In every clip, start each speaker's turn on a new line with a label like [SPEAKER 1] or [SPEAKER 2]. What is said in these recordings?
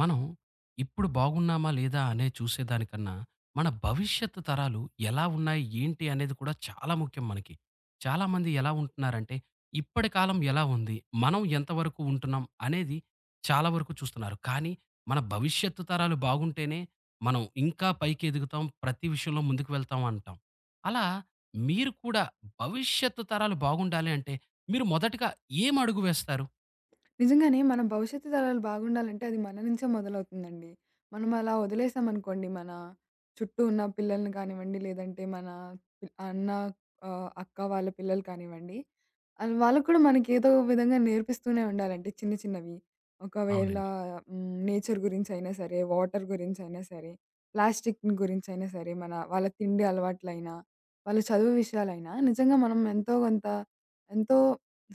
[SPEAKER 1] మనం ఇప్పుడు బాగున్నామా లేదా అనే చూసేదానికన్నా, మన భవిష్యత్తు తరాలు ఎలా ఉన్నాయి, ఏంటి అనేది కూడా చాలా ముఖ్యం మనకి. చాలామంది ఎలా ఉంటున్నారంటే, ఇప్పటి కాలం ఎలా ఉంది, మనం ఎంతవరకు ఉంటున్నాం అనేది చాలా వరకు చూస్తున్నారు. కానీ మన భవిష్యత్తు తరాలు బాగుంటేనే మనం ఇంకా పైకి ఎదుగుతాం, ప్రతి విషయంలో ముందుకు వెళ్తాం అంటాం. అలా మీరు కూడా భవిష్యత్తు తరాలు బాగుండాలి అంటే, మీరు మొదటగా ఏం అడుగు వేస్తారు?
[SPEAKER 2] నిజంగానే మన భవిష్యత్తు తరాలు బాగుండాలంటే అది మన నుంచే మొదలవుతుందండి. మనం అలా వదిలేసామనుకోండి మన చుట్టూ ఉన్న పిల్లల్ని కానివ్వండి, లేదంటే మన పి అన్న అక్క వాళ్ళ పిల్లలు కానివ్వండి, ఆళ్ళు వాళ్ళకి కూడా మనకి ఏదో ఒక విధంగా నేర్పిస్తూనే ఉండాలండి చిన్న చిన్నవి. ఒకవేళ
[SPEAKER 1] అవునండి.
[SPEAKER 2] నేచర్ గురించైనా సరే, వాటర్ గురించైనా సరే, ప్లాస్టిక్ గురించైనా సరే, మన వాళ్ళ తిండి అలవాట్లైనా, వాళ్ళ చదువు విషయాలైనా నిజంగా మనం ఎంతో కొంత ఎంతో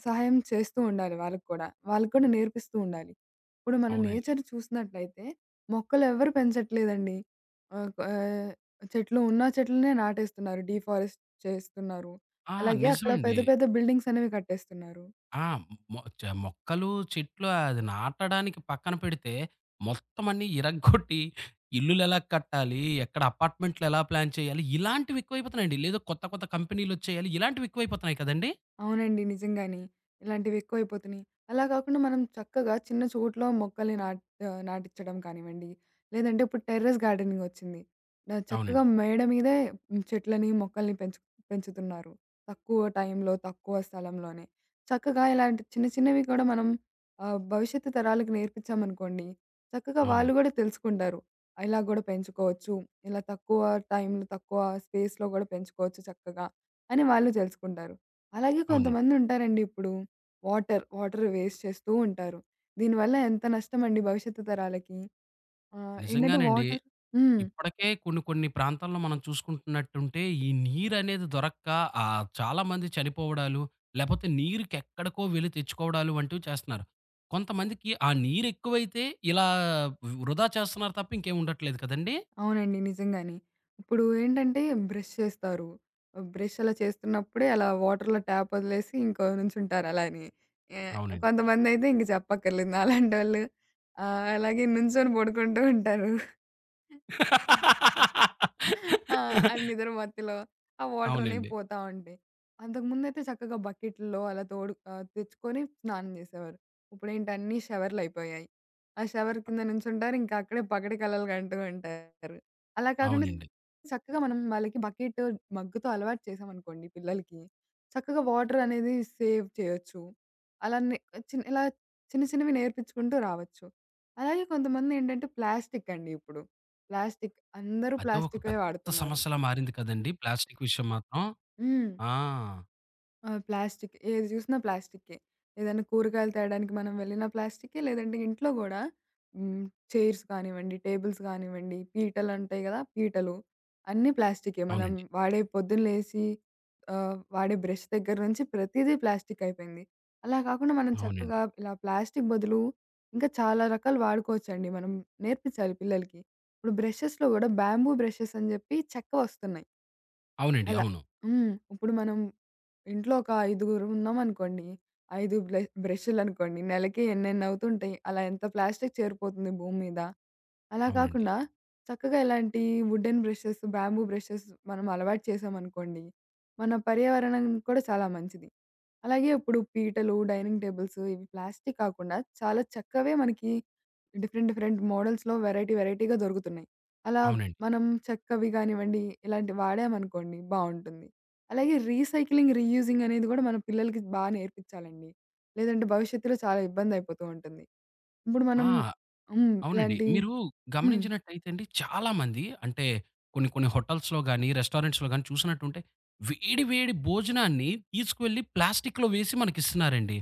[SPEAKER 2] సహాయం చేస్తూ ఉండాలి వాళ్ళకి కూడా. వాళ్ళకి కూడా నేర్పిస్తూ ఉండాలి. ఇప్పుడు మన
[SPEAKER 1] అవునండి.
[SPEAKER 2] నేచర్ చూసినట్లయితే మొక్కలెవ్వరు పెంచట్లేదండి. ఆహ్, క్ ఆహ్, చెట్లు ఉన్న చెట్లనే నాటేస్తున్నారు. డీఫారెస్ట్ చేస్తున్నారు.
[SPEAKER 1] ఆ!
[SPEAKER 2] అలాగే అక్కడ
[SPEAKER 1] నిజమండి.
[SPEAKER 2] పెద్ద పెద్ద బిల్డింగ్స్ అనేవి కట్టేస్తున్నారు.
[SPEAKER 1] ఆ! మొ చ మొక్కలు, చెట్లు అది నాటడానికి పక్కన పెడితే, మొత్తం అన్నీ ఇరగ్గొట్టి ఇల్లులెలా కట్టాలి? ఎక్కడ అపార్ట్‌మెంట్లు ఎలా ప్లాన్ చేయాలి? ఇలాంటివి ఎక్కువైపోతున్నాయండి. లేదా కొత్త కొత్త కంపెనీలొచ్చేయాలి. ఇలాంటివి ఎక్కువైపోతున్నాయి కదండీ!
[SPEAKER 2] అవునండి, నిజంగానే. ఇలాంటివి ఎక్కువైపోతున్నాయి. అలా కాకుండా మనం చక్కగా చిన్న చోట్లో మొక్కల్ని నాటిచ్చడం కానివ్వండి, లేదంటే ఇప్పుడు టెర్రస్ గార్డెనింగ్ వచ్చింది. చక్కగా
[SPEAKER 1] అవునండి.
[SPEAKER 2] మేడ మీదే చెట్లని, మొక్కల్ని పెంచుతున్నారు. తక్కువ టైంలో, తక్కువ స్థలంలోనే. చక్కగా ఇలాంటి చిన్న చిన్నవి కూడా మనం భవిష్యత్తు తరాలకు నేర్పించామనుకోండి, చక్కగా వాళ్ళు
[SPEAKER 1] అవునండి.
[SPEAKER 2] కూడా తెలుసుకుంటారు. ఇలా కూడా పెంచుకోవచ్చు. ఇలా తక్కువ టైంలో, తక్కువ స్పేస్‌లో కూడా పెంచుకోవచ్చు చక్కగా అని వాళ్ళు తెలుసుకుంటారు. అలాగే
[SPEAKER 1] అవునండి.
[SPEAKER 2] కొంతమందుంటారండి ఇప్పుడు వాటర్ వేస్ట్ చేస్తూ ఉంటారు. దీనివల్ల ఎంత నష్టమండి భవిష్యత్తు తరాలకి. ఏంటంటే
[SPEAKER 1] నిజంగానండి.
[SPEAKER 2] వాటర్. హ్మ్.
[SPEAKER 1] ఇప్పటికే కొన్ని కొన్ని ప్రాంతాల్లో మనం చూసుకుంటున్నట్టుంటే, ఈ నీరనేది దొరక్క చాలామంది చనిపోవడాలు, లేపోతే నీరుకెక్కడికో వెళ్లి తెచ్చుకోవడాలు వంటివి చేస్తున్నారు. కొంతమందికి ఆ నీరెక్కువైతే ఇలా వృధా చేస్తున్నారు తప్ప ఇంకేం ఉండట్లేదు కదండీ!
[SPEAKER 2] అవునండి, నిజంగానే. ఇప్పుడు ఏంటంటే బ్రష్ చేస్తారు. బ్రష్ అలా చేస్తున్నప్పుడే అలా వాటర్‌లో ట్యాప్ వదిలేసి ఇంకో నుంచుంటారు అలానే. ఆహ్,
[SPEAKER 1] అవునండి.
[SPEAKER 2] కొంతమందైతే ఇంక చెప్పక్కర్లేదు. నాలాంటోళ్ళు అలాగే నుంచొని పడుకుంటూ ఉంటారు. ఆ! అది నిద్ర మత్తులో ఆ వాటర్ అనేవి
[SPEAKER 1] అవునండి.
[SPEAKER 2] పోతా ఉంటాయి. అంతకుముందయితే చక్కగా బకెట్‌లో అలా తోడు తెచ్చుకొని స్నానం చేసేవారు. ఇప్పుడేంటి అన్నీ షవర్‌లయిపోయాయి. ఆ షవర్ కింద నుంచుంటారు. ఇంకా అక్కడే పగటి కలలు కంటూ ఉంటారు. అలా కాకుండా
[SPEAKER 1] అవునండి.
[SPEAKER 2] చక్కగా మనం వాళ్ళకి బకెట్, మగ్గుతో అలవాటు చేశామనుకోండి పిల్లలకి, చక్కగా వాటర్ అనేది సేవ్ చేయొచ్చు. అలానే చిన్న ఇలా చిన్న చిన్నవి నేర్పించుకుంటూ రావచ్చు. అలాగే కొంతమందేంటంటే ప్లాస్టిక్ అండి ఇప్పుడు. ప్లాస్టిక్, అందరూ
[SPEAKER 1] అదే ఒక
[SPEAKER 2] ప్లాస్టికే
[SPEAKER 1] పెద్ద
[SPEAKER 2] వాడుతున్నారు.
[SPEAKER 1] సమస్యలా మారింది కదండీ! ప్లాస్టిక్ విషయం మాత్రం.
[SPEAKER 2] హ్మ్.
[SPEAKER 1] ఆ!
[SPEAKER 2] ఆ! ప్లాస్టిక్. ఏది జూసినా ప్లాస్టికే. ఏదైనా కూరగాయలు తేడానికి మనం వెళ్ళినా ప్లాస్టికే. లేదంటే ఇంట్లో గూడా హ్మ్. చైర్స్ కానివ్వండి, టేబుల్స్ కానివ్వండి, పీటలుంటాయి గదా! పీటలు అన్నీ ప్లాస్టికే. మనం
[SPEAKER 1] అవునండి.
[SPEAKER 2] వాడే పొద్దున్న లేసి వాడే బ్రష్ దగ్గర నుంచి ప్రతీదీ ప్లాస్టిక్ అయిపోయింది. అలా కాకుండా మనం
[SPEAKER 1] అవునండి.
[SPEAKER 2] చక్కగా ఇలా ప్లాస్టిక్ బదులు ఇంకా చాలా రకాలు వాడుకోవచ్చండి. మనం నేర్పించాలి పిల్లలకి. ఇప్పుడు బ్రషెస్‌లో గూడా బ్యాంబూ బ్రషెస్ అని జెప్పి చెక్కవొస్తున్నాయి.
[SPEAKER 1] అవునండి.
[SPEAKER 2] అలా.
[SPEAKER 1] అవును.
[SPEAKER 2] హ్మ్. ఇప్పుడు మనం ఇంట్లో ఒక ఐదుగురు ఉన్నామనుకోండి, 5 బ్రష్‌లనుకోండి. నెలకి ఎన్నెన్నవుతుంటాయి? అలా ఎంత ప్లాస్టిక్ చేరిపోతుంది భూమి మీద. అలా
[SPEAKER 1] అవునండి.
[SPEAKER 2] కాకుండా చక్కగా ఇలాంటి వుడెన్ బ్రషెస్, బ్యాంబూ బ్రషెస్ మనం అలవాటు చేశామనుకోండి, మన పర్యావరణానికి కూడా చాలా మంచిది. అలాగే ఇప్పుడు పీటలు, డైనింగ్ టేబుల్స్ ఇవి ప్లాస్టిక్ కాకుండా చాలా చక్కవే మనకి డిఫరెంట్, డిఫరెంట్ మోడల్స్‌లో వెరైటీ, వెరైటీగా దొరుకుతున్నాయి. అలా
[SPEAKER 1] అవునండి.
[SPEAKER 2] మనం చెక్కవి గానివ్వండి, ఇలాంటివి వాడామనుకోండి బావుంటుంది. అలాగే రీసైక్లింగ్, రీయూజింగ్ అనేది గూడా మన పిల్లలకి బా నేర్పిచ్చాలండి. లేదంటే భవిష్యత్తులో చాలా ఇబ్బందయిపోతూ ఉంటుంది. ఇప్పుడు
[SPEAKER 1] ఆ!
[SPEAKER 2] మనం హ్మ్.
[SPEAKER 1] అవునండి.
[SPEAKER 2] ఇలాంటి.
[SPEAKER 1] మీరు
[SPEAKER 2] హ్మ్.
[SPEAKER 1] గమనించినట్టయితే అండి చాలామంది అంటే కొన్ని కొన్ని హోటల్స్‌లో గాని, రెస్టారెంట్స్‌లో గాని చూసినట్టుంటే వేడి వేడి భోజనాన్ని తీసుకువెళ్ళి ప్లాస్టిక్‌లో వేసి మనకిస్తున్నారండి.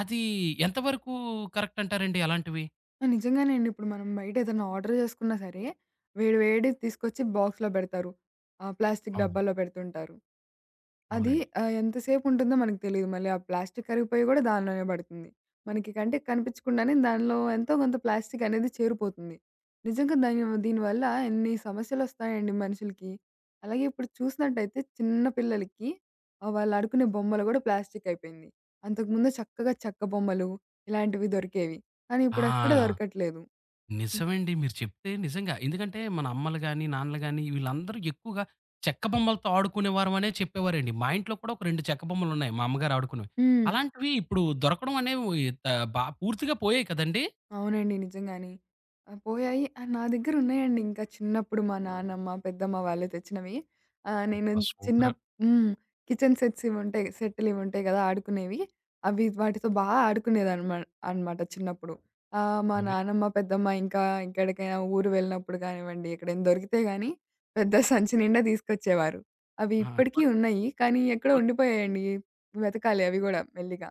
[SPEAKER 1] అది ఎంతవరకు కరెక్ట్ అంటారండి అలాంటివి?
[SPEAKER 2] ఆ! నిజంగానే అండి. ఇప్పుడు మనం బయట ఏదైనా ఆర్డర్ చేసుకున్నా సరే, వేడి వేడిది తీసుకొచ్చి బాక్స్‌లో పెడతారు. ప్లాస్టిక్
[SPEAKER 1] అవును.
[SPEAKER 2] డబ్బాలో పెడుతుంటారు. అది
[SPEAKER 1] అవునండి.
[SPEAKER 2] ఎంతసేపుంటుందో మనకు తెలీదు. మళ్ళీ ఆ ప్లాస్టిక్ కరిగిపోయి గూడా దానిలోనే పడుతుంది. మనకి కంటికి కనిపించకుండానే దానిలో ఎంతో కొంత ప్లాస్టిక్ అనేది చేరిపోతుంది. నిజంగా దీనివల్ల ఎన్ని సమస్యలొస్తాయండి మనుషులకి. అలాగే ఇప్పుడు చూసినట్టయితే చిన్న పిల్లలకి వాళ్ళు ఆడుకునే బొమ్మలు గూడా ప్లాస్టిక్ అయిపోయింది. అంతకుముందు చక్కగా చెక్క బొమ్మలు ఇలాంటివి దొరికేవి. కానీ ఇప్పుడెక్కడ
[SPEAKER 1] ఆ!
[SPEAKER 2] దొరకట్లేదు.
[SPEAKER 1] నిజమండి. మీరు చెప్తే నిజంగా. ఎందుకంటే మన అమ్మలు గాని, నాన్నలు గాని వీళ్ళందరూ ఎక్కువగా చెక్క బొమ్మలతో ఆడుకునేవారమనే చెప్పేవారండి. మా ఇంట్లో కూడా ఒక 2 చెక్క బొమ్మలున్నాయి మా అమ్మగారు ఆడుకునేవి.
[SPEAKER 2] హ్మ్.
[SPEAKER 1] అలాంటివి ఇప్పుడు దొరకడం అనేవి బా పూర్తిగా పోయాయి కదండీ!
[SPEAKER 2] అవునండి, నిజంగానే. పోయాయి. నా దగ్గరున్నాయండి ఇంకా. చిన్నప్పుడు మా నానమ్మ, పెద్దమ్మ వాళ్ళు తెచ్చినవి. నేను
[SPEAKER 1] అబ్బా!
[SPEAKER 2] చిన్న
[SPEAKER 1] సూపరు.
[SPEAKER 2] హ్మ్. Kitchen sets ఇవుంటాయి. సెట్టులివుంటాయి గదా! ఆడుకునేవి. అవి వాటితో బా అనమాట చిన్నప్పుడు. మా
[SPEAKER 1] అవి.
[SPEAKER 2] నానమ్మ, పెద్దమ్మ ఇంకా ఎక్కడికైనా ఊరు వెళ్ళినప్పుడు గానివ్వండి, ఎక్కడైనా దొరికితే గాని పెద్ద సంచి నిండా తీసుకొచ్చేవారు. అవి
[SPEAKER 1] ఆ!
[SPEAKER 2] ఇప్పటికీ
[SPEAKER 1] కొన్
[SPEAKER 2] ఉన్నాయి. కానీ ఎక్కడో
[SPEAKER 1] కొన్
[SPEAKER 2] ఉండిపోయాయండి. వెతకాలి అవి గూడా మెల్లిగా.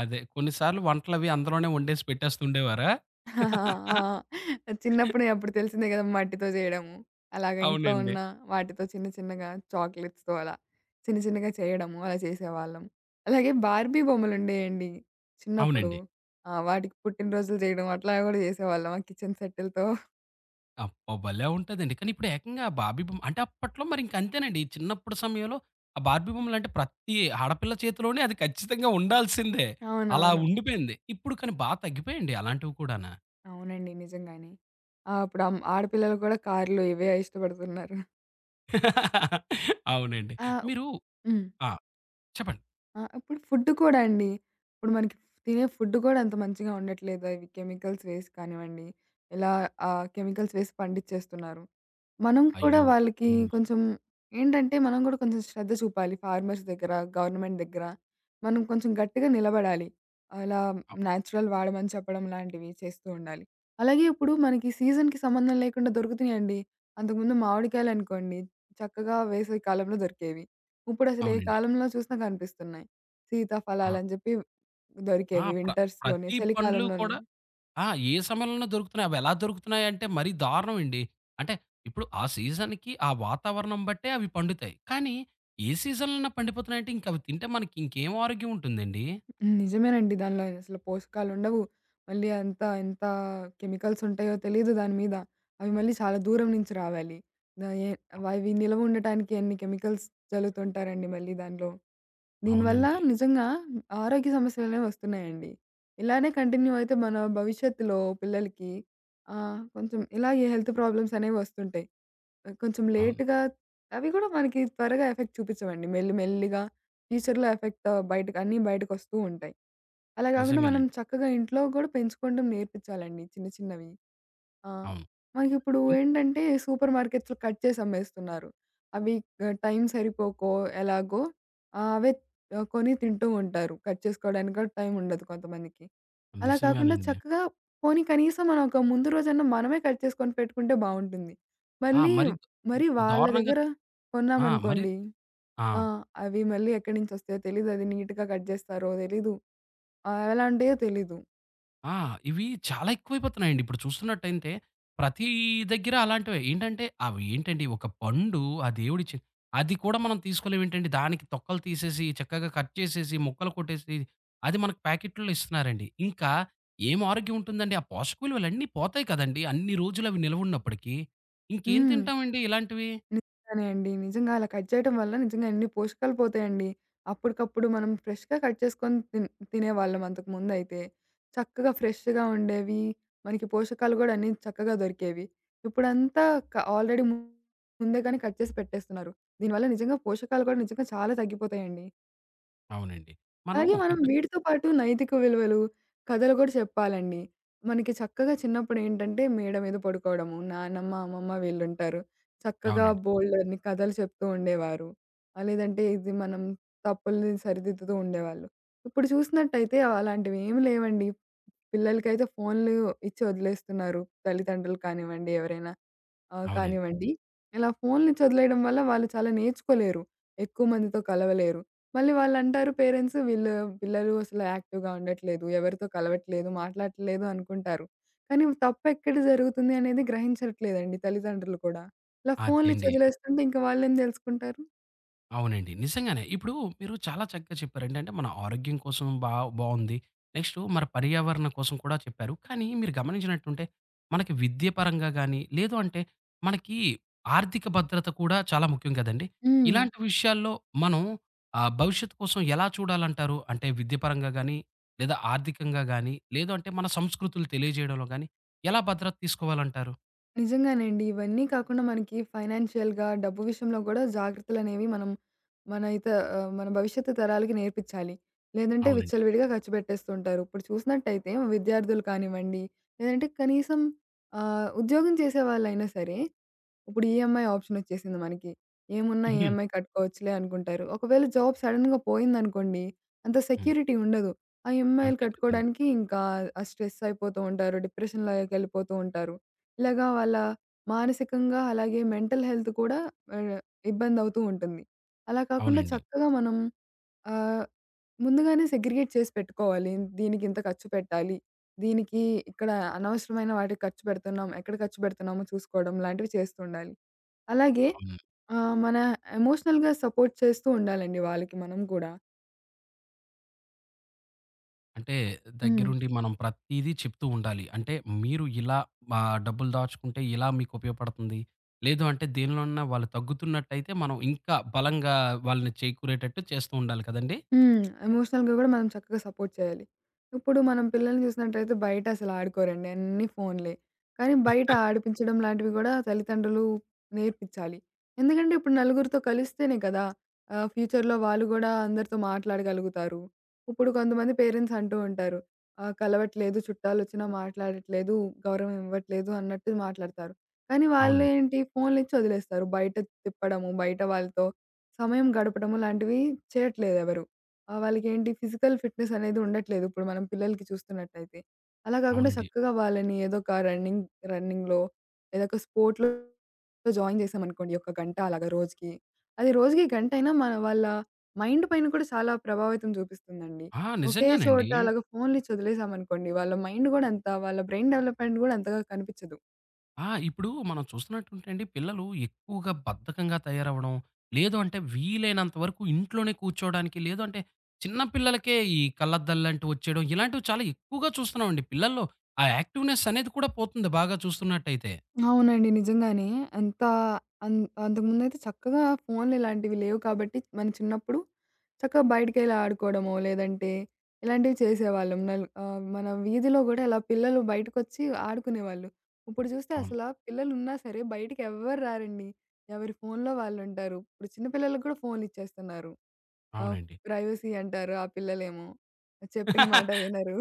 [SPEAKER 1] అదే కొన్ని సార్లు వంటలవి అందులోనే వండేసి పెట్టేస్తుండేవారా?
[SPEAKER 2] ఆహా! ఆ! చిన్నప్పుడే అప్పుడు తెలిసిందే గదా! మట్టితో జేయడము. అలాగే ఇంట్లో
[SPEAKER 1] అవునండి.
[SPEAKER 2] ఉన్న వాటితో చిన్న చిన్నగా చాక్లెట్స్‌తో అలా చిన్న చిన్నగా చేయడము అలా చేసేవాళ్ళం. అలాగే బార్బీ బొమ్మలుండేయండి చిన్నప్పుడు.
[SPEAKER 1] అవునండి.
[SPEAKER 2] ఆ! వాటికి పుట్టినరోజులు జేయడం అట్లా గూడా జేసేవాళ్ళం ఆ కిచెన్ సెట్టులతో.
[SPEAKER 1] అబ్బా! భలే ఉంటదండి. కానీ ఇప్పుడు ఏకంగా బార్బీ బొమ్మ అంటే అప్పట్లో మరింక అంతేనండి. చిన్నప్పుడు సమయంలో ఆ బార్బీ బొమ్మలంటే ప్రతి ఆడపిల్ల చేతిలోనే అది ఖచ్చితంగా ఉండాల్సిందే. అలా
[SPEAKER 2] అవునవును.
[SPEAKER 1] ఉండిపోయింది. ఇప్పుడు కానీ బా తగ్గిపోయాయండి అలాంటివి కూడాన.
[SPEAKER 2] అవునండి, నిజంగానే. ఆ! ఇప్పుడు ఆడపిల్లలు కూడా కార్లు ఇవే ఇష్టపడుతున్నారు.
[SPEAKER 1] అవునండి.
[SPEAKER 2] ఆ!
[SPEAKER 1] మీరు
[SPEAKER 2] హ్మ్.
[SPEAKER 1] ఆ! చెప్పండి.
[SPEAKER 2] ఆ! ఇప్పుడు ఫుడ్ కూడా అండి. ఇప్పుడు మనకి తినే ఫుడ్ కూడా అంత మంచిగా ఉండట్లేదు. అవి కెమికల్స్ వేసి కానివ్వండి, ఇలా కెమికల్స్ వేసి పండిచ్చేస్తున్నారు. మనం కూడా
[SPEAKER 1] అయ్యో!
[SPEAKER 2] వాళ్ళకి
[SPEAKER 1] అవునండి.
[SPEAKER 2] కొంచెం ఏంటంటే, మనం కూడా కొంచెం శ్రద్ధ చూపాలి. ఫార్మర్స్ దగ్గర, గవర్నమెంట్ దగ్గర మనం కొంచెం గట్టిగా నిలబడాలి. అలా
[SPEAKER 1] అవ్
[SPEAKER 2] నేచురల్ వాడమని చెప్పడం లాంటివి చేస్తూ ఉండాలి. అలాగే ఇప్పుడు మనకి సీజన్‌కి సంబంధం లేకుండా దొరుకుతున్నాయండి. అంతకుముందు మామిడికాయలనుకోండి, చక్కగా వేసవి కాలంలో దొరికేవి. ఇప్పుడసలు ఏ
[SPEAKER 1] అవునండి.
[SPEAKER 2] కాలంలో చూసినా కనిపిస్తున్నాయి.
[SPEAKER 1] ఆ!
[SPEAKER 2] సీతాఫలాలని జెప్పి
[SPEAKER 1] ఆ!
[SPEAKER 2] దొరికేవి వింటర్స్‌లోనే,
[SPEAKER 1] ప్రతి పండ్లు
[SPEAKER 2] చలికాలంలోనే.
[SPEAKER 1] కూడా ఆ! ఏ సమయంలోనైనా దొరుకుతున్నాయి. అవెలా దొరుకుతున్నాయంటే మరీ దారుణమండి. అంటే ఇప్పుడు ఆ సీజన్‌కి, ఆ వాతావరణం బట్టే అవి పండుతాయి. కానీ ఏ సీజన్‌లోనైనా పండిపోతున్నాయంటే ఇంకవి తింటే మనకి ఇంకేం ఆరోగ్యం ఉంటుందండి?
[SPEAKER 2] హ్మ్. నిజమేనండి. దానిలో అసలు పోషకాలుండవు. మళ్ళీ అంతా ఎంత కెమికల్స్ ఉంటాయో తెలీదు దాని మీద. అవి మళ్ళీ చాలా దూరం నుంచి రావాలి. దా ఏ అవి నిలవ ఉండటానికి ఎన్ని కెమికల్స్ చల్లుతుంటారండి మళ్ళీ దానిలో. దీనివల్ల
[SPEAKER 1] అవునండి.
[SPEAKER 2] నిజంగా ఆరోగ్య సమస్యలనేవి వస్తున్నాయండి. ఇలానే కంటిన్యూ అయితే మన భవిష్యత్తులో పిల్లలకి కొంచెం ఇలాగే హెల్త్ ప్రాబ్లమ్స్ అనేవి వస్తుంటాయి. ఆ, కొంచెం
[SPEAKER 1] అవును.
[SPEAKER 2] లేట్‌గా అవి కూడా మనకి త్వరగా ఎఫెక్ట్ చూపించవండి. మెల్లి మెల్లిగా ఫ్యూచర్‌లో ఎఫెక్ట్ బయటకి అన్నీ బయటకొస్తూ ఉంటాయి. అలా గాకుండా మనం
[SPEAKER 1] నిజంగానండి.
[SPEAKER 2] చక్కగా ఇంట్లో గూడా పెంచుకోవడం నేర్పించాలండి చిన్న చిన్నవి. ఆ!
[SPEAKER 1] అవును.
[SPEAKER 2] మనకిప్పుడు
[SPEAKER 1] ఇన్
[SPEAKER 2] ఏంటంటే సూపర్ మార్కెట్స్‌లో కట్ చేసి అమ్మేస్తున్నారు. అవి టైం సరిపోకో ఎలాగో ఆహ్, అవే కొని తింటూ ఉంటారు. కట్ చేసుకోవడానికి కూడా టైం ఉండదు కొంతమందికి. అలా కాకుండా
[SPEAKER 1] నిజంగానండి.
[SPEAKER 2] చక్కగా పోనీ కనీసం మనం ఒక ముందు రోజన్నా మనమే కట్ చేసుకొని పెట్టుకుంటే బావుంటుంది.
[SPEAKER 1] ఆ!
[SPEAKER 2] మళ్ళీ
[SPEAKER 1] మరి
[SPEAKER 2] మరి వాళ్ళ
[SPEAKER 1] దారుణంగా
[SPEAKER 2] దగ్గర
[SPEAKER 1] ఆ! మరి
[SPEAKER 2] కొన్నామనుకోండి,
[SPEAKER 1] ఆ!
[SPEAKER 2] ఆ! అవి మళ్ళీ ఎక్కడి నుంచొస్తాయో తెలీదు. అది నీట్‌గా కట్ జేస్తారో తెలీదు. ఎలా ఉంటాయో తెలీదు.
[SPEAKER 1] ఆ! ఇవి చాలా ఎక్కువైపోతున్నాయండి. ఇప్పుడు చూస్తున్నట్టయితే ప్రతి దగ్గర అలాంటివే. ఏంటంటే అవి ఏంటండి ఒక పండు ఆ దేవుడిచ్చి అది కూడా మనం తీసుకోలేమేంటండి? దానికి తొక్కలు తీసేసి చక్కగా కట్ చేసేసి ముక్కలు కొట్టేసి అది మనకు ప్యాకెట్‌లో ఇస్తున్నారండి. ఇంకా ఏం ఆరోగ్యం ఉంటుందండి? ఆ పోషక విలువలన్నీ పోతాయి కదండీ! అన్ని రోజులు అవి నిలవున్నప్పటికి. ఇంకేం
[SPEAKER 2] హ్మ్.
[SPEAKER 1] తింటామండి ఇలాంటివి?
[SPEAKER 2] నిజంగానే అండి. నిజంగా అలా కట్ చేయటం వల్ల నిజంగా ఎన్ని పోషకాలు పోతాయండి. అప్పటికప్పుడు మనం ఫ్రెష్‌గా కట్ చేసుకొని తినేవాళ్ళం అంతకుముందయితే. చక్కగా ఫ్రెష్‌గా ఉండేవి. మనకి పోషకాలు గూడా అన్నీ చక్కగా దొరికేవి. ఇప్పుడంతా ఆల్రెడీ ముందుగానే కట్ చేసి పెట్టేస్తున్నారు. దీనివల్ల నిజంగా పోషకాలు కూడా నిజంగా చాలా తగ్గిపోతాయండి.
[SPEAKER 1] అవునండి. మనం
[SPEAKER 2] అలాగే మనం
[SPEAKER 1] ఇప్పుడు
[SPEAKER 2] వీటితో పాటు నైతిక విలువలు, కథలు కూడా చెప్పాలండి. మనకి చక్కగా చిన్నప్పుడేంటంటే మేడ మీద పడుకోవడము, నానమ్మ, అమ్మమ్మ వీళ్ళుంటారు. చక్కగా
[SPEAKER 1] అవునండి.
[SPEAKER 2] బోలెడన్ని కథలు చెప్తూ ఉండేవారు. లేదంటే ఇది మనం తప్పుల్ని సరిదిద్దుతూ ఉండేవాళ్ళు. ఇప్పుడు చూసినట్టయితే అలాంటివేమి లేవండి. పిల్లలకైతే ఫోన్‌లు ఇచ్చి వదిలేస్తున్నారు, తల్లిదండ్రులు కానివ్వండి ఎవరైనా. ఆ!
[SPEAKER 1] అవునండి.
[SPEAKER 2] కానివ్వండి. ఇలా ఫోన్‌లిచ్చి వదిలేయడం వల్ల వాళ్ళు చాలా నేర్చుకోలేరు. ఎక్కువ మందితో కలవలేరు. మళ్ళీ వాళ్ళంటారు, పేరెంట్స్ వీళ్ళు పిల్లలు అసలు యాక్టివ్‌గా ఉండట్లేదు, ఎవరితో కలవట్లేదు, మాట్లాడట్లేదు అనుకుంటారు. కానీ తప్పెక్కడ జరుగుతుంది అనేది గ్రహించట్లేదండి తల్లిదండ్రులు కూడా. ఇలా ఫోన్‌లిచ్చి
[SPEAKER 1] అదండి.
[SPEAKER 2] వదిలేస్తుంటే ఇంక వాళ్ళేం తెలుసుకుంటారు?
[SPEAKER 1] అవునండి. నిజంగానే. ఇప్పుడు మీరు చాలా చక్కగా చెప్పారు. ఏంటంటే మన ఆరోగ్యం కోసం బా బావుంది. నెక్స్టు మన పర్యావరణ కోసం కూడా చెప్పారు. కానీ మీరు గమనించినట్టుంటే మనకి విద్య పరంగా గాని, లేదు అంటే మనకి ఆర్థిక భద్రత కూడా చాలా ముఖ్యం కదండీ!
[SPEAKER 2] హ్మ్.
[SPEAKER 1] ఇలాంటి విషయాల్లో మనం భవిష్యత్తు కోసం ఎలా చూడాలంటారు? అంటే విద్యాపరంగా గాని, లేదా ఆర్థికంగా గాని, లేదు అంటే మన సంస్కృతులు తెలియజేయడంలో గాని ఎలా భద్రత తీసుకోవాలంటారు?
[SPEAKER 2] నిజంగానండి, ఇవన్నీ కాకుండా మనకి ఫైనాన్షియల్‌గా డబ్బు విషయంలో గూడా జాగ్రత్తలనేవి మనం మన ఇత మన భవిష్యత్తు తరాలకి నేర్పిచ్చాలి. లేదంటే
[SPEAKER 1] అవునండి.
[SPEAKER 2] విచ్చలవిడిగా ఖర్చు పెట్టేస్తుంటారు. ఇప్పుడు చూసినట్టయితే విద్యార్థులు కానివ్వండి, లేదంటే కనీసం ఉద్యోగం చేసేవాళ్ళైనా సరే ఇప్పుడు ఈఎంఐ ఆప్షనొచ్చేసింది మనకి. ఏమున్నా ఈఎంఐ కట్టుకోవచ్చులే అనుకుంటారు. ఒకవేళ జాబ్ సడెన్‌గా పోయిందనుకోండి, అంత
[SPEAKER 1] హ్మ్.
[SPEAKER 2] సెక్యూరిటీ ఉండదు. ఆ ఈఎంఐలు
[SPEAKER 1] అంతే కదండీ!
[SPEAKER 2] కట్టుకోవడానికి ఇంకా ఆ స్ట్రెస్ అయిపోతూ ఉంటారు. డిప్రెషన్‌లోకెళ్ళిపోతూ ఉంటారు. ఇలాగా వాళ్ళ మానసికంగా అలాగే మెంటల్ హెల్త్ కూడా ఆహ్, ఇబ్బందవుతూ ఉంటుంది. అలా కాకుండా
[SPEAKER 1] అవునండి.
[SPEAKER 2] చక్కగా మనం ఆహ్, ముందుగానే సెగ్రిగేట్ చేసి పెట్టుకోవాలి. దీనికింత ఖర్చు పెట్టాలి. దీనికి ఇక్కడ అనవసరమైన వాటికి ఖర్చు పెడుతున్నాం, ఎక్కడ ఖర్చు పెడుతున్నామో చూసుకోవడం లాంటివి చేస్తుండాలి. అలాగే
[SPEAKER 1] అవును.
[SPEAKER 2] మన ఎమోషనల్‌గా సపోర్ట్ చేస్తూ ఉండాలండి వాళ్ళకి మనం గూడా.
[SPEAKER 1] అంటే దగ్గరుండి మనం ప్రతీదీ చెప్తూ ఉండాలి. అంటే మీరు ఇలా డబ్బులు దాచుకుంటే ఇలా మీకు ఉపయోగపడుతుంది. లేదు అంటే దేనిలోనన్నా వాళ్ళు తగ్గుతున్నట్టయితే మనం ఇంకా బలంగా వాళ్ళని చేకూరేటట్టు చేస్తూ ఉండాలి కదండీ!
[SPEAKER 2] హ్మ్. ఎమోషనల్‌గా గూడా మనం చక్కగా సపోర్ట్ చేయాలి. ఇప్పుడు మనం పిల్లల్ని చూసినట్టయితే బయట అసలు ఆడుకోరండి. అన్నీ ఫోన్‌లే. కానీ బయట ఆడిపించడం లాంటివి గూడా తల్లిదండ్రులు నేర్పించాలి. ఎందుకంటే ఇప్పుడు నలుగురితో కలిస్తేనే కదా! ఫ్యూచర్‌లో వాళ్ళు గూడా అందరితో మాట్లాడగలుగుతారు. ఇప్పుడు కొంతమంది పేరెంట్స్ అంటూ ఉంటారు, కలవట్లేదు, చుట్టాలొచ్చినా మాట్లాడట్లేదు, గౌరవం ఇవ్వట్లేదు అన్నట్టు మాట్లాడతారు. కానీ
[SPEAKER 1] అవునండి.
[SPEAKER 2] వాళ్ళేంటి ఫోన్‌లిచ్చి వదిలేస్తారు. బయట తిప్పడము, బయట వాళ్ళతో సమయం గడపడము లాంటివి చేయట్లేదెవరు. ఆ! వాళ్ళకేంటి ఫిజికల్ ఫిట్‌నెస్ అనేది ఉండట్లేదు ఇప్పుడు మనం పిల్లలకి చూస్తున్నట్టయితే. అలా కాకుండా
[SPEAKER 1] అవునండి.
[SPEAKER 2] చక్కగా వాళ్ళని ఏదో ఒక రన్నింగ్‌లో, ఏదో ఒక స్పోర్ట్‌లో జాయిన్ చేశామనుకోండి. ఒక గంట అలాగా రోజుకి. అది రోజుకి గంటైనా మన వాళ్ళ మైండ్ పైన కూడా చాలా ప్రభావితం చూపిస్తుందండి.
[SPEAKER 1] ఆ!
[SPEAKER 2] ఒకే
[SPEAKER 1] నిజంగానండి.
[SPEAKER 2] చోట అలాగా ఫోన్‌లిచ్చి వదిలేసామనుకోండి, వాళ్ళ మైండ్ కూడా అంత వాళ్ళ బ్రెయిన్ డెవలప్‌మెంట్ కూడా అంతగా కనిపించదు.
[SPEAKER 1] ఆ! ఇప్పుడు మనం చూస్తున్నట్టుంటే అండి పిల్లలు ఎక్కువగా బద్ధకంగా తయారవ్వడం, లేదు అంటే వీలైనంత వరకు ఇంట్లోనే కూర్చోవడానికి, లేదు అంటే చిన్న పిల్లలకే ఈ కళ్ళద్దాల్లాంటివి వచ్చేయడం ఇలాంటివి చాలా ఎక్కువగా చూస్తున్నామండి. పిల్లల్లో ఆ యాక్టివ్‌నెస్ అనేది కూడా పోతుంది బాగా చూస్తున్నట్టయితే.
[SPEAKER 2] అవునండి, నిజంగానే. ఎంత అన్ అంతకుముందయితే చక్కగా ఫోన్‌లు ఇలాంటివి లేవు కాబట్టి, మన చిన్నప్పుడు చక్కగా బయటికెళ్ళి ఆడుకోవడమో, లేదంటే ఇలాంటివి చేసేవాళ్ళం. మన వీధిలో గూడా ఇలా పిల్లలు బయటకొచ్చి ఆడుకునేవాళ్ళు. ఇప్పుడు చూస్తే
[SPEAKER 1] అవును.
[SPEAKER 2] పిల్లలున్నా సరే బయటికి ఎవ్వరు రారండి. ఎవరి ఫోన్‌లో వాళ్ళుంటారు. ఇప్పుడు చిన్న పిల్లలకి కూడా ఫోన్‌లు ఇచ్చేస్తున్నారు. ఆ
[SPEAKER 1] అవునండి.
[SPEAKER 2] ప్రైవసీ అంటారు. ఆ పిల్లలేమో చెప్పిన మాట వినరు.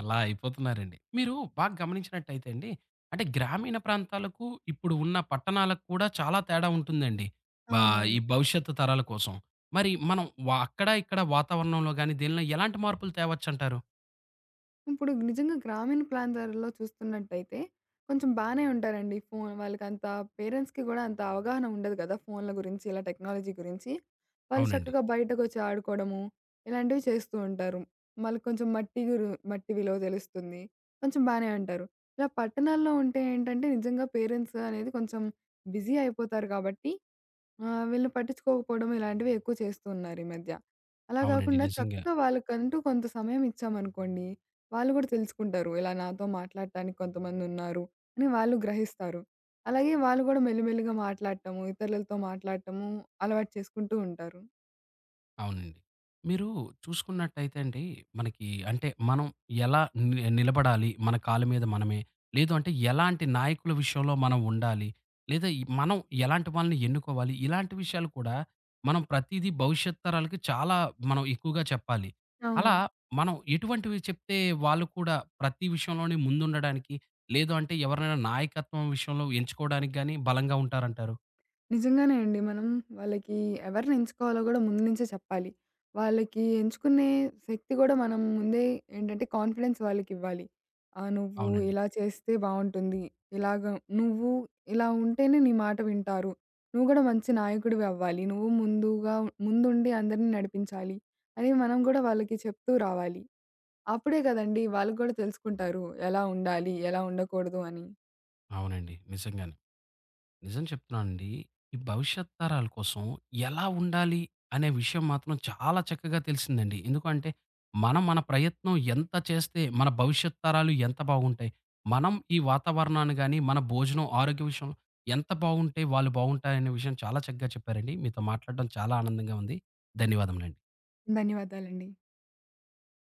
[SPEAKER 1] ఎలా అయిపోతున్నారండి. మీరు బాగా గమనించినట్టయితే అండి, అంటే గ్రామీణ ప్రాంతాలకు, ఇప్పుడు ఉన్న పట్టణాలకు కూడా చాలా తేడా ఉంటుందండి. బా ఈ
[SPEAKER 2] అవునవును.
[SPEAKER 1] భవిష్యత్తు తరాల కోసం. మరి మనం వ అక్కడ, ఇక్కడ వాతావరణంలో గాని, దీనిలో ఎలాంటి మార్పులు తేవచ్చంటారు?
[SPEAKER 2] ఇప్పుడు నిజంగా గ్రామీణ ప్రాంతాలలో చూస్తున్నట్టయితే కొంచెం బానే ఉంటారండి. ఫోన్ వాళ్ళకంత, పేరెంట్స్‌కి గూడా అంత అవగాహన ఉండదు గదా ఫోన్‌ల గురించి, ఇలా టెక్నాలజీ గురించి. వాళ్ళు
[SPEAKER 1] అవునండి.
[SPEAKER 2] చక్కగా బయటకొచ్చి ఆడుకోవడము, ఇలాంటివి చేస్తూ ఉంటారు. వాళ్ళకి కొంచెం మట్టి విలువ తెలుస్తుంది. కొంచెం బానే ఉంటారు. ఇలా పట్టణాల్లో ఉంటే ఏంటంటే నిజంగా పేరెంట్స్ అనేది కొంచెం బిజీ అయిపోతారు కాబట్టి, ఆ! వీళ్ళని పట్టించుకోకపోవడం ఇలాంటివి ఎక్కువ చేస్తూ ఉన్నారు ఈ మధ్య. అలా
[SPEAKER 1] అవునండి.
[SPEAKER 2] కాకుండా
[SPEAKER 1] నిజంగా.
[SPEAKER 2] చక్కగా వాళ్ళకంటూ కొంత సమయం ఇచ్చామనుకోండి, వాళ్ళు కూడా తెలుసుకుంటారు. ఇలా నాతో మాట్లాడటానికి కొంతమందున్నారు అని వాళ్ళు గ్రహిస్తారు. అలాగే వాళ్ళు కూడా మెల్లిమెల్లిగా మాట్లాడటము, ఇతరులతో మాట్లాడటము అలవాటు చేసుకుంటూ ఉంటారు.
[SPEAKER 1] అవునండి. మీరు చూసుకున్నట్టయితే అండి, మనకి అంటే మనం ఎలా నిలబడాలి, మన కాళ్ళ మీద మనమే. లేదు అంటే ఎలాంటి నాయకుల విషయంలో మనం ఉండాలి, లేదా ఈ మనం ఎలాంటి వాళ్ళని ఎన్నుకోవాలి, ఇలాంటి విషయాలు కూడా మనం ప్రతీదీ భవిష్యత్ తరాలకి చాలా మనం ఎక్కువగా చెప్పాలి.
[SPEAKER 2] అవును.
[SPEAKER 1] అలా మనం ఎటువంటివి చెప్తే వాళ్ళు కూడా ప్రతి విషయంలోనే ముందుండడానికి, లేదు అంటే ఎవరినైనా నాయకత్వం విషయంలో ఎంచుకోవడానికి గాని బలంగా ఉంటారంటారు?
[SPEAKER 2] నిజంగానే అండి. మనం వాళ్ళకి ఎవరిని ఎంచుకోవాలో గూడా ముందు నుంచే చెప్పాలి. వాళ్ళకి ఎంచుకునే శక్తి గూడా మనం ముందే ఏంటంటే కాన్ఫిడెన్స్ వాళ్ళకివ్వాలి. ఆ! నువ్వు
[SPEAKER 1] అవునండి.
[SPEAKER 2] ఇలా చేస్తే బావుంటుంది. ఇలాగ నువ్వు ఇలా ఉంటేనే నీ మాట వింటారు. నువ్వు గూడా మంచి నాయకుడివి అవ్వాలి. నువ్వు ముందుగా ముందుండి అందరిని నడిపించాలి అని మనం గూడా వాళ్ళకి చెప్తూ రావాలి. అప్పుడే గదండీ వాళ్ళు గూడా తెలుసుకుంటారు ఎలా ఉండాలి, ఎలా ఉండకూడదు అని.
[SPEAKER 1] అవునండి. నిజంగానే. నిజం చెప్తున్నానండి. ఈ భవిష్యత్ తరాల కోసం ఎలా ఉండాలి అనే విషయం మాత్రం చాలా చక్కగా తెలిసిందండి. ఎందుకంటే మనం మన ప్రయత్నం ఎంత చేస్తే మన భవిష్యత్ తరాలు ఎంత బాగుంటాయి. మనం ఈ వాతావరణాన్ని గాని, మన భోజనం, ఆరోగ్య విషయంలో ఎంత బాగుంటే వాళ్ళు బాగుంటారనే విషయం చాలా చక్కగా చెప్పారండి. మీతో మాట్లాడడం చాలా ఆనందంగా ఉంది. ధన్యవాదములండి.
[SPEAKER 2] ధన్యవాదాలండి.